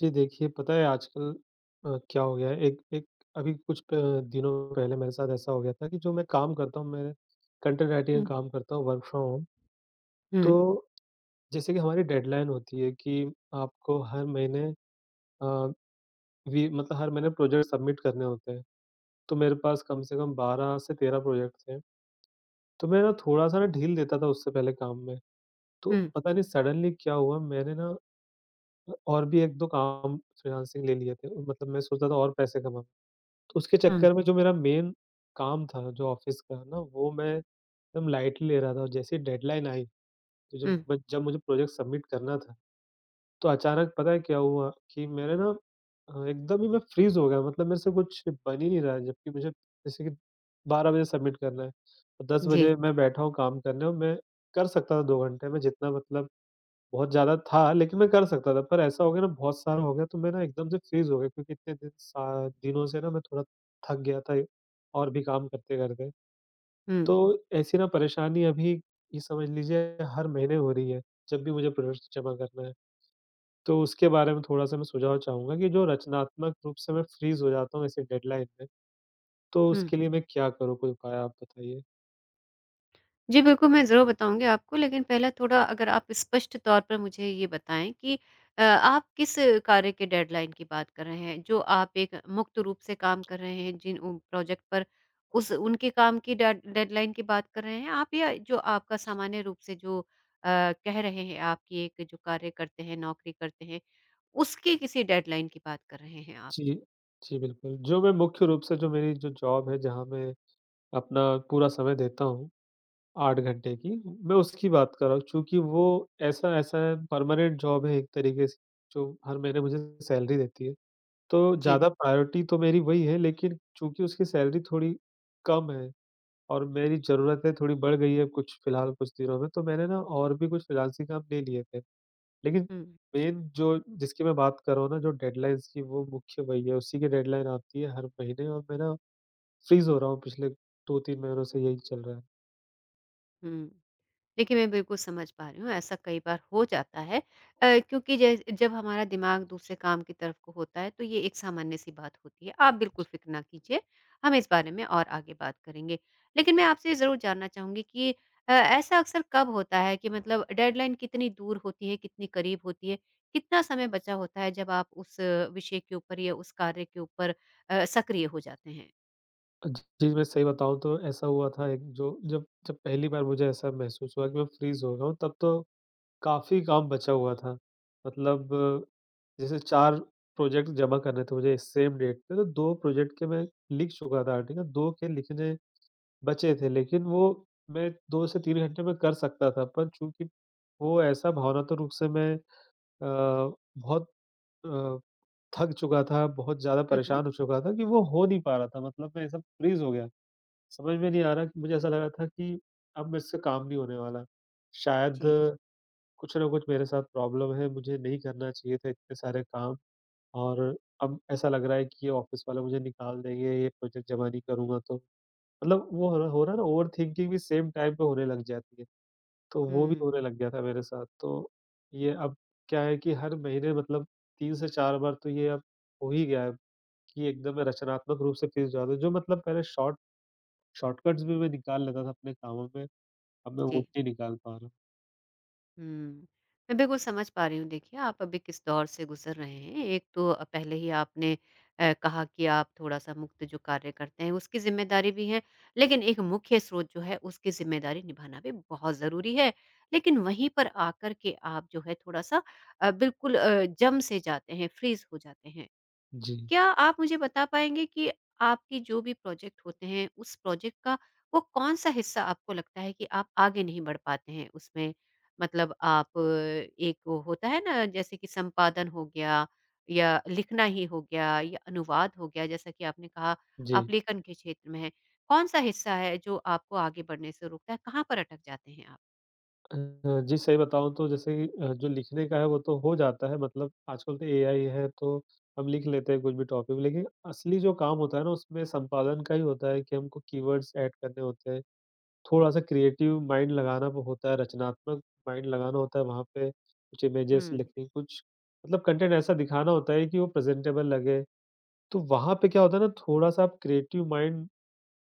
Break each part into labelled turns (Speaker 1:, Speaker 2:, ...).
Speaker 1: जी, देखिए पता है आजकल क्या हो गया है एक एक। अभी कुछ प दिनों पहले मेरे साथ ऐसा हो गया था कि जो मैं काम करता हूँ, मैं कंटेंट राइटिंग
Speaker 2: हुँ,
Speaker 1: का काम करता हूँ, वर्क फ्रॉम होम।
Speaker 2: हुँ,
Speaker 1: तो जैसे कि हमारी डेडलाइन होती है कि आपको हर महीने, अ, वी मतलब हर महीने प्रोजेक्ट सबमिट करने होते हैं। तो मेरे पास कम से कम 12 से 13 प्रोजेक्ट थे। तो मैं ना थोड़ा-सा ना ढील देता था उससे पहले काम में। तो
Speaker 2: हुँ,
Speaker 1: पता नहीं सडनली क्या हुआ, मैंने ना और भी 1-2 काम फ्रीलांसिंग ले लिए थे। मतलब मैं सोचता था और पैसे कमाऊँ। तो उसके
Speaker 2: हुँ,
Speaker 1: चक्कर में जो मेरा मेन काम था, जो ऑफ़िस का ना, वो मैं एकदम लाइटली ले रहा था और जैसे ही डेडलाइन आई, तो
Speaker 2: हुँ,
Speaker 1: जब मुझे प्रोजेक्ट सबमिट करना था, तो अचानक पता है क्या हुआ कि मेरे ना एकदम ही मैं फ्रीज़ हो गया। मतलब मेरे से कुछ बन ही नहीं रहा है, जबकि मुझे जैसे कि 12 बजे सबमिट करना है, तो 10
Speaker 2: जी,
Speaker 1: बजे मैं बैठा हूँ काम करने और मैं कर सकता था 2 घंटे में जितना, मतलब बहुत ज़्यादा था, लेकिन मैं कर सकता था। पर ऐसा हो गया ना, बहुत सारा हो गया तो मैं ना एकदम से फ्रीज़ हो गया क्योंकि इतने दिन सा दिनों से ना मैं थोड़ा थक गया था और भी काम करते-करते। तो
Speaker 2: हुँ,
Speaker 1: ऐसी ना परेशानी अभी ये समझ लीजिए हर महीने हो रही है, जब भी मुझे प्रोजेक्ट्स जमा करना है। तो उसके बारे में थोड़ा-सा मैं सुझाव चाहूँगा कि जो रचनात्मक रूप से मैं फ्रीज़ हो जाता हूँ ऐसी डेडलाइन में, तो
Speaker 2: हुँ।
Speaker 1: उसके लिए मैं क्या करूँ? कोई उपाय आप बताइए?
Speaker 2: जी, बिल्कुल, मैं ज़रूर बताऊँगी आपको, लेकिन पहले थोड़ा अगर आप स्पष्ट तौर पर मुझे ये बताएँ कि आप किस कार्य के डेडलाइन की बात कर रहे हैं? जो आप एक मुक्त रूप से काम कर रहे हैं जिन प्रोजेक्ट पर, उस उनके काम की डेडलाइन की बात कर रहे हैं आप या जो आपका सामान्य रूप से जो कह रहे हैं आप कि एक जो कार्य करते हैं, नौकरी करते हैं, उसकी किसी डेडलाइन की बात कर रहे हैं आप?
Speaker 1: जी। जी, बिल्कुल। जो मैं मुख्य रूप से जो मेरी जो जॉब है, जहाँ मैं अपना पूरा समय देता हूँ 8 घंटे की, मैं उसकी बात कर रहा हूँ, चूँकि वो ऐसा ऐसा परमानेंट जॉब है एक तरीके से, जो हर महीने मुझे सैलरी देती है। तो
Speaker 2: जी,
Speaker 1: ज़्यादा प्रायोरिटी तो मेरी वही है, लेकिन चूँकि उसकी सैलरी थोड़ी कम है और मेरी ज़रूरतें थोड़ी बढ़ गई है कुछ फिलहाल कुछ दिनों में, तो मैंने ना और भी कुछ फ्रीलांसिंग काम ले लिए थे। लेकिन
Speaker 2: हुँ,
Speaker 1: मेन जो जिसकी मैं बात कर रहा हूँ ना, जो डेडलाइन्स की, वो मुख्य वही है, उसी की डेडलाइन आती है हर महीने और मैं ना फ्रीज़ हो रहा हूँ। पिछले 2-3 महीनों से यही चल रहा है।
Speaker 2: हुँ। देखिए, मैं बिल्कुल समझ पा रही हूँ, ऐसा कई बार हो जाता है क्योंकि जैस जब हमारा दिमाग दूसरे काम की तरफ को होता है, तो ये एक सामान्य-सी बात होती है। आप बिल्कुल फ़िक्र ना कीजिए, हम इस बारे में और आगे बात करेंगे। लेकिन मैं आपसे ये ज़रूर जानना चाहूँगी कि ऐसा अक्सर कब होता है कि मतलब डेडलाइन कितनी दूर होती है, कितनी करीब होती है? कितना समय बचा होता है जब आप उस विषय के ऊपर या उस कार्य के ऊपर सक्रिय हो जाते हैं?
Speaker 1: जी, मैं सही बताऊँ तो ऐसा हुआ था, एक जो जब जब पहली बार मुझे ऐसा महसूस हुआ कि मैं फ्रीज़ हो रहा हूँ, तब तो काफ़ी काम बचा हुआ था। मतलब जैसे 4 प्रोजेक्ट जमा करने थे मुझे सेम डेट पे, तो 2 प्रोजेक्ट के मैं लिख चुका था आर्टिकल, 2 के लिखने बचे थे, लेकिन वो मैं 2 से 3 घंटे में कर सकता था, पर चूँकि वो ऐसा भावनात्मक रूप से मैं अ, बहुत अ, थक चुका था, बहुत ज़्यादा
Speaker 2: हुँ, हुँ।
Speaker 1: परेशान हो चुका था कि वो हो नहीं पा रहा था। मतलब मैं ऐसा फ्रीज़ हो गया, समझ में नहीं आ रहा कि मुझे ऐसा लगा था कि अब मुझसे काम नहीं होने वाला। शायद
Speaker 2: जी।
Speaker 1: कुछ ना कुछ मेरे साथ प्रॉब्लम है, मुझे नहीं करना चाहिए था इतने सारे काम और अब ऐसा लग रहा है कि ये ऑफ़िस वाले मुझे निकाल देंगे, ये प्रोजेक्ट जमा नहीं करूँगा तो। मतलब वो हो रहा है ना, ओवरथिंकिंग भी सेम टाइम पे होने लग जाती है, तो वो भी होने
Speaker 2: हुँ,
Speaker 1: लग गया था मेरे साथ। तो ये अब क्या है कि हर महीने मतलब 3 से 4 बार तो ये अब हो ही गया है कि एकदम रचनात्मक रूप से फीस जाता है, जो मतलब पहले शॉर्टकट्स भी मैं निकाल लेता था अपने कामों में, अब मैं वो
Speaker 2: जी।
Speaker 1: भी नहीं निकाल पा रहा हूँ।
Speaker 2: हुँ। मैं बिल्कुल समझ पा रही हूँ देखिए आप अभी किस दौर से गुज़र रहे हैं। एक तो पहले ही आपने कहा कि आप थोड़ा-सा मुक्त जो कार्य करते हैं उसकी ज़िम्मेदारी भी है, लेकिन एक मुख्य स्रोत जो है उसकी ज़िम्मेदारी निभाना भी बहुत ज़रूरी है। लेकिन वहीं पर आकर के आप जो है थोड़ा-सा बिल्कुल जम से जाते हैं, फ्रीज़ हो जाते हैं।
Speaker 1: जी,
Speaker 2: क्या आप मुझे बता पाएँगे कि आपके जो भी प्रोजेक्ट होते हैं, उस प्रोजेक्ट का वो कौन-सा हिस्सा आपको लगता है कि आप आगे नहीं बढ़ पाते हैं उसमें? मतलब आप एक वो होता है ना जैसे कि संपादन हो गया या लिखना ही हो गया या अनुवाद हो गया जैसा कि आपने कहा
Speaker 1: जी।
Speaker 2: आप लेखन के क्षेत्र में हैं। कौन-सा हिस्सा है जो आपको आगे बढ़ने से रोकता है? कहाँ पर अटक जाते हैं आप?
Speaker 1: अ, जी सही बताऊँ तो जैसे कि जो लिखने का है वो तो हो जाता है, मतलब आजकल तो एआई है, तो हम लिख लेते हैं कुछ भी टॉपिक, लेकिन असली जो काम होता है ना उसमें संपादन का ही होता है कि हमको कीवर्ड्स ऐड करने होते हैं। थोड़ा-सा क्रिएटिव माइंड लगाना वो होता है, रचनात्मक माइंड लगाना होता है वहाँ पे, कुछ इमेजेस
Speaker 2: हुँ,
Speaker 1: लिखनी, कुछ मतलब कंटेंट ऐसा दिखाना होता है कि वो प्रेज़ेंटेबल लगे। तो वहाँ पे क्या होता है ना, थोड़ा-सा आप क्रिएटिव माइंड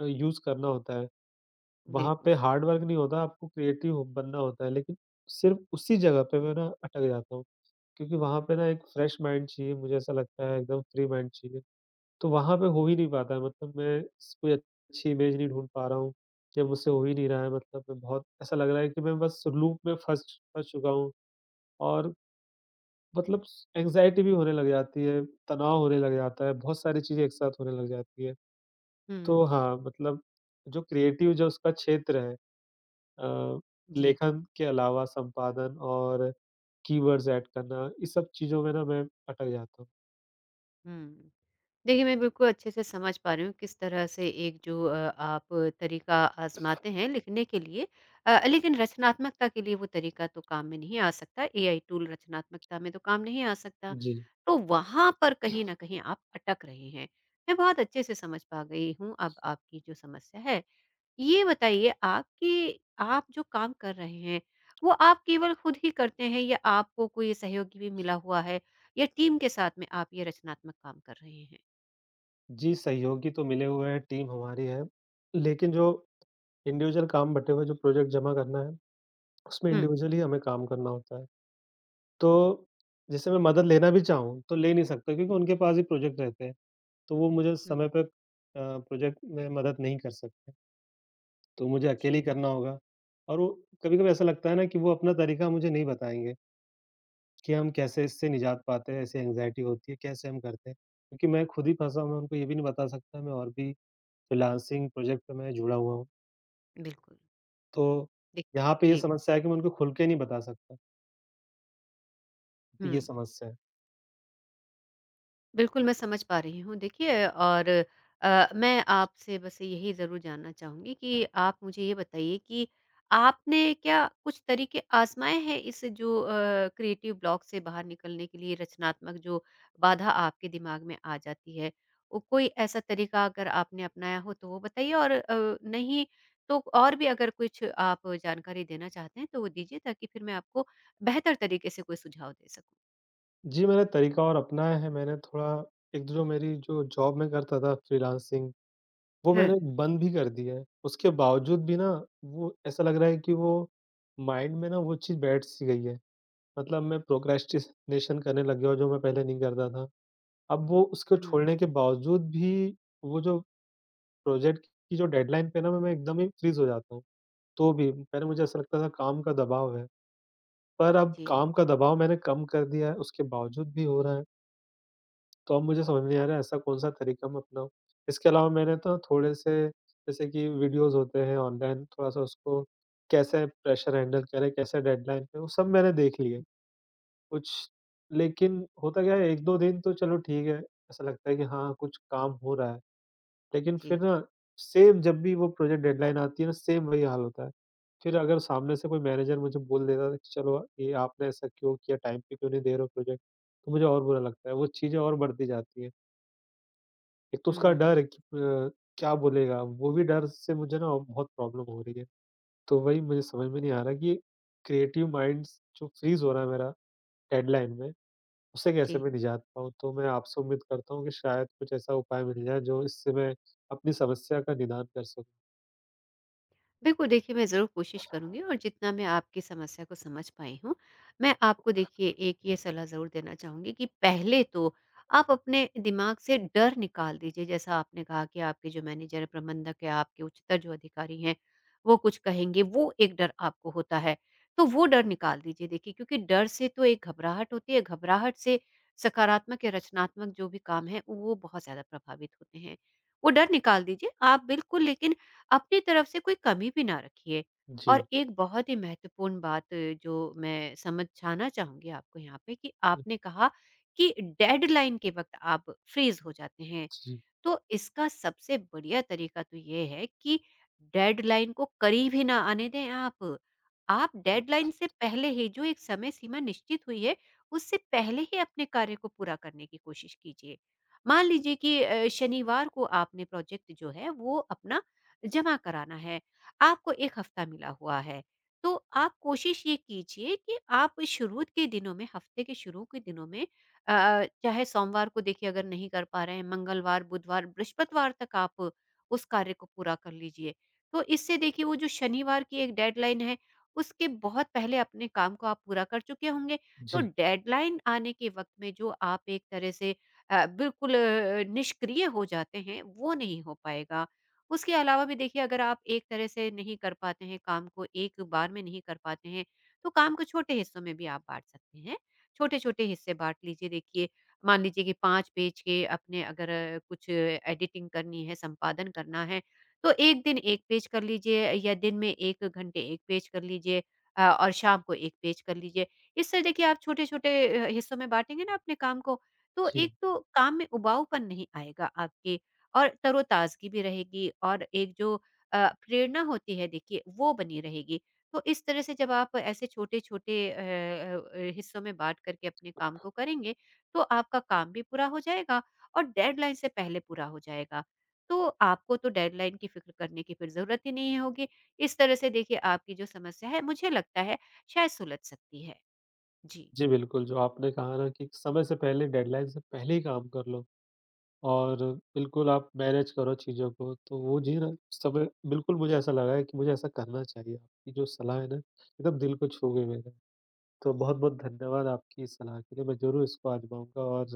Speaker 1: यूज़ करना होता है। वहाँ
Speaker 2: बिल्कुल।
Speaker 1: पे हार्ड वर्क नहीं होता, आपको क्रिएटिव हो बनना होता है, लेकिन सिर्फ़ उसी जगह पे मैं ना अटक जाता हूँ, क्योंकि वहाँ पे ना एक फ्रेश माइंड चाहिए, मुझे ऐसा लगता है एकदम फ्री माइंड चाहिए। तो वहाँ पे हो ही नहीं पाता है, मतलब मैं स कोई अच्छी इमेज नहीं ढूँढ पा रहा हूँ, या मुझसे हो ही नहीं रहा है, मतलब मैं बहुत, ऐसा लग रहा है कि मैं बस लूप में फँस फँस चुका हूँ और मतलब स एंग्ज़ायटी भी होने लग जाती है, तनाव होने लग जाता है, बहुत सारी चीज़ें एक साथ होने लग जाती है। तो
Speaker 2: हुँ,
Speaker 1: हाँ, मतलब जो क्रिएटिव जो उसका क्षेत्र है, अ,
Speaker 2: जी।
Speaker 1: लेखन के अलावा संपादन और कीवर्ड्स ऐड करना, इस सब चीज़ों में ना मैं अटक जाता हूँ।
Speaker 2: हुँ। देखिए, मैं बिल्कुल अच्छे से समझ पा रही हूँ किस तरह से एक जो आप तरीका आज़माते हैं लिखने के लिए लेकिन रचनात्मकता के लिए वो तरीका तो काम में नहीं आ सकता, एआई टूल रचनात्मकता में तो काम नहीं आ सकता।
Speaker 1: जी।
Speaker 2: तो वहाँ पर कहीं न कहीं आप अटक रहे हैं। मैं बहुत अच्छे से समझ पा गई हूँ अब आपकी जो समस्या है। ये बताइए आप कि आप जो काम कर रहे हैं, वो आप केवल खुद ही करते हैं या आपको कोई सहयोगी भी मिला हुआ है या टीम के साथ में आप ये रचनात्मक काम कर रहे हैं?
Speaker 1: जी, सहयोगी तो मिले हुए हैं, टीम हमारी है, लेकिन जो इंडिविजुअल काम बँटे हुए हैं, जो प्रोजेक्ट जमा करना है, उसमें
Speaker 2: हुँ।
Speaker 1: इंडिविजुअली हमें काम करना होता है। तो जैसे मैं मदद लेना भी चाहूँ, तो ले नहीं सकता क्योंकि उनके पास ही प्रोजेक्ट रहते हैं। तो वो मुझे
Speaker 2: हुँ,
Speaker 1: समय पे प्रोजेक्ट में मदद नहीं कर सकते, तो मुझे अकेले ही
Speaker 2: जी,
Speaker 1: करना होगा और वो कभी-कभी ऐसा लगता है ना कि वो अपना तरीका मुझे नहीं बताएँगे। कि हम कैसे इससे निजात पाते हैं, ऐसे एंग्ज़ायटी होती है, कैसे हम करते हैं? क्योंकि मैं खुद ही फँसा हूँ, मैं उनको ये भी नहीं बता सकता, मैं और भी फ्रीलांसिंग प्रोजेक्ट पे मैं जुड़ा हुआ हूँ।
Speaker 2: बिल्कुल।
Speaker 1: तो
Speaker 2: दे
Speaker 1: यहाँ पे ये
Speaker 2: जी,
Speaker 1: समस्या है कि मैं उनको खुल के नहीं बता सकता, तो ये
Speaker 2: हुँ।
Speaker 1: समस्या है।
Speaker 2: बिल्कुल, मैं समझ पा रही हूँ। देखिए और मैं आपसे बस यही ज़रूर जानना चाहूँगी कि आप मुझे ये बताइए कि आपने क्या कुछ तरीके आज़माए हैं इस जो क्रिएटिव ब्लॉक से बाहर निकलने के लिए रचनात्मक जो बाधा आपके दिमाग में आ जाती है? ओ कोई ऐसा तरीका अगर आपने अपनाया हो तो वो बताइए और नहीं तो और भी अगर कुछ आप जानकारी देना चाहते हैं तो वो दीजिए ताकि फिर मैं आपको बेहतर तरीके से कोई सुझाव दे सकूँ।
Speaker 1: जी, मैंने तरीका और अपनाया है, मैंने थोड़ा एक जो मेरी जो जॉब मैं करता था फ्रीलांसिंग, वो
Speaker 2: हुँ।
Speaker 1: मैंने बंद भी कर दी है। उसके बावजूद भी ना, वो ऐसा लग रहा है कि वो माइंड में ना वो चीज़ बैठ सी गई है। मतलब मैं प्रोक्रेस्टिनेशन करने लग गया हूँ, जो मैं पहले नहीं करता था। अब वो उसको
Speaker 2: हुँ,
Speaker 1: छोड़ने के बावजूद भी वो जो प्रोजेक्ट की जो डेडलाइन पे ना मैं एकदम ही फ्रीज़ हो जाता हूँ। तो भी पहले मुझे ऐसा लगता था काम का दबाव है, पर अब
Speaker 2: जी,
Speaker 1: काम का दबाव मैंने कम कर दिया है, उसके बावजूद भी हो रहा है। तो अब मुझे समझ नहीं आ रहा है ऐसा कौन-सा तरीका मैं अपनाऊँ? इसके अलावा मैंने तो थोड़े से जैसे कि वीडियोज़ होते हैं ऑनलाइन, थोड़ा-सा उसको कैसे प्रेशर हैंडल करें, कैसे डेडलाइन पे, वो सब मैंने देख लिए। कुछ लेकिन होता क्या है 1-2 दिन तो चलो ठीक है, ऐसा लगता है कि हाँ, कुछ काम हो रहा है। लेकिन फिर
Speaker 2: जी।
Speaker 1: ना सेम जब भी वो प्रोजेक्ट डेडलाइन आती है ना, सेम वही हाल होता है। फिर अगर सामने से कोई मैनेजर मुझे बोल देता था कि चलो ये आपने ऐसा क्यों किया, टाइम पे क्यों नहीं दे रहे हो प्रोजेक्ट, तो मुझे और बुरा लगता है। वो चीज़ें और बढ़ती जाती हैं। एक तो उसका
Speaker 2: हुँ,
Speaker 1: डर है कि क्या बोलेगा? वो भी डर से मुझे ना बहुत प्रॉब्लम हो रही है। तो वही मुझे समझ में नहीं आ रहा कि क्रिएटिव माइंड्स जो फ्रीज़ हो रहा है मेरा डेडलाइन में, उसे कैसे
Speaker 2: जी।
Speaker 1: मैं निजात पाऊँ? तो मैं आपसे उम्मीद करता हूँ कि शायद कुछ ऐसा उपाय मिल जाए जो इससे मैं अपनी समस्या का निदान कर सकूँ।
Speaker 2: बिल्कुल, देखिए मैं ज़रूर कोशिश करूँगी और जितना मैं आपकी समस्या को समझ पाई हूँ, मैं आपको देखिए एक ये सलाह ज़रूर देना चाहूँगी कि पहले तो आप अपने दिमाग से डर निकाल दीजिए। जैसा आपने कहा कि आपके जो मैनेजर है, प्रबंधक है, आपके उच्चतर जो अधिकारी हैं, वो कुछ कहेंगे, वो एक डर आपको होता है। तो वो डर निकाल दीजिए देखिए क्योंकि डर से तो एक घबराहट होती है, घबराहट से सकारात्मक या रचनात्मक जो भी काम है, वो बहुत ज़्यादा प्रभावित होते हैं। वो डर निकाल दीजिए। आप बिल्कुल लेकिन अपनी तरफ से कोई कमी भी ना रखिए। और
Speaker 1: जी।
Speaker 2: एक बहुत ही महत्वपूर्ण बात जो मैं समझाना चाहूँगी आपको यहाँ पे कि
Speaker 1: अ,
Speaker 2: आपने कहा कि डेडलाइन के वक़्त आप फ्रीज़ हो जाते हैं।
Speaker 1: जी,
Speaker 2: तो इसका सबसे बढ़िया तरीका तो ये है कि डेडलाइन को करीब ही ना आने दें आप। आप डेडलाइन से पहले ही जो एक समय सीमा निश्चित हुई है, उससे पहले ही अपने कार्य को पूरा करने की कोशिश कीजिए। मान लीजिए कि शनिवार को आपने प्रोजेक्ट जो है वो अपना जमा कराना है, आपको 1 हफ्ता मिला हुआ है। तो आप कोशिश ये कीजिए कि आप शुरू के दिनों में हफ्ते के शुरू के दिनों में चाहे सोमवार को देखिए अगर नहीं कर पा रहे हैं, मंगलवार, बुधवार, बृहस्पतिवार तक आप उस कार्य को पूरा कर लीजिए। तो इससे देखिए वो जो शनिवार की एक डेडलाइन है, उसके बहुत पहले अपने काम को आप पूरा कर चुके होंगे। तो
Speaker 1: जी,
Speaker 2: डेडलाइन आने के वक़्त में जो आप एक तरह से बिल्कुल निष्क्रिय हो जाते हैं, वो नहीं हो पाएगा। उसके अलावा भी देखिए अगर आप एक तरह से नहीं कर पाते हैं काम को, एक बार में नहीं कर पाते हैं, तो काम को छोटे हिस्सों में भी आप बाँट सकते हैं। छोटे-छोटे हिस्से बाँट लीजिए देखिए, मान लीजिए कि 5 पेज के अपने अगर कुछ एडिटिंग करनी है, संपादन करना है, तो एक दिन 1 पेज कर लीजिए या दिन में 1 घंटे 1 पेज कर लीजिए और शाम को 1 पेज कर लीजिए। इससे देखिए आप छोटे-छोटे हिस्सों में बाँटेंगे ना अपने काम को, तो
Speaker 1: जी।
Speaker 2: एक तो काम में उबाऊपन नहीं आएगा आपके और तरोताज़गी भी रहेगी और एक जो प्रेरणा होती है देखिए, वो बनी रहेगी। तो इस तरह से जब आप ऐसे छोटे-छोटे हिस्सों में बाँट करके अपने काम को करेंगे, तो आपका काम भी पूरा हो जाएगा और डेडलाइन से पहले पूरा हो जाएगा। तो आपको तो डेडलाइन की फ़िक्र करने की फिर ज़रूरत ही नहीं होगी। इस तरह से देखिए आपकी जो समस्या है, मुझे लगता है शायद सुलझ सकती है। जी।
Speaker 1: जी, बिल्कुल, जो आपने कहा ना कि समय से पहले डेडलाइन से पहले ही काम कर लो और बिल्कुल आप मैनेज करो चीज़ों को, तो वो जी ना समय बिल्कुल मुझे ऐसा लगा है कि मुझे ऐसा करना चाहिए। आपकी जो सलाह है ना, एकदम दिल को छू गई मेरे। तो बहुत-बहुत धन्यवाद आपकी इस सलाह के लिए, मैं ज़रूर इसको आज़माऊँगा और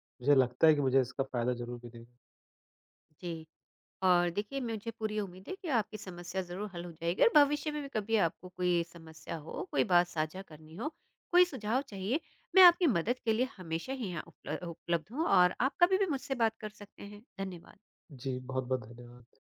Speaker 1: मुझे लगता है कि मुझे इसका फ़ायदा ज़रूर मिलेगा।
Speaker 2: जी। और देखिए मुझे पूरी उम्मीद है कि आपकी समस्या ज़रूर हल हो जाएगी और भविष्य में भी कभी आपको कोई समस्या हो, कोई बात साझा करनी हो, कोई सुझाव चाहिए, मैं आपकी मदद के लिए हमेशा ही यहाँ उपलब्ध हूँ और आप कभी भी मुझसे बात कर सकते हैं। धन्यवाद।
Speaker 1: जी, बहुत-बहुत धन्यवाद।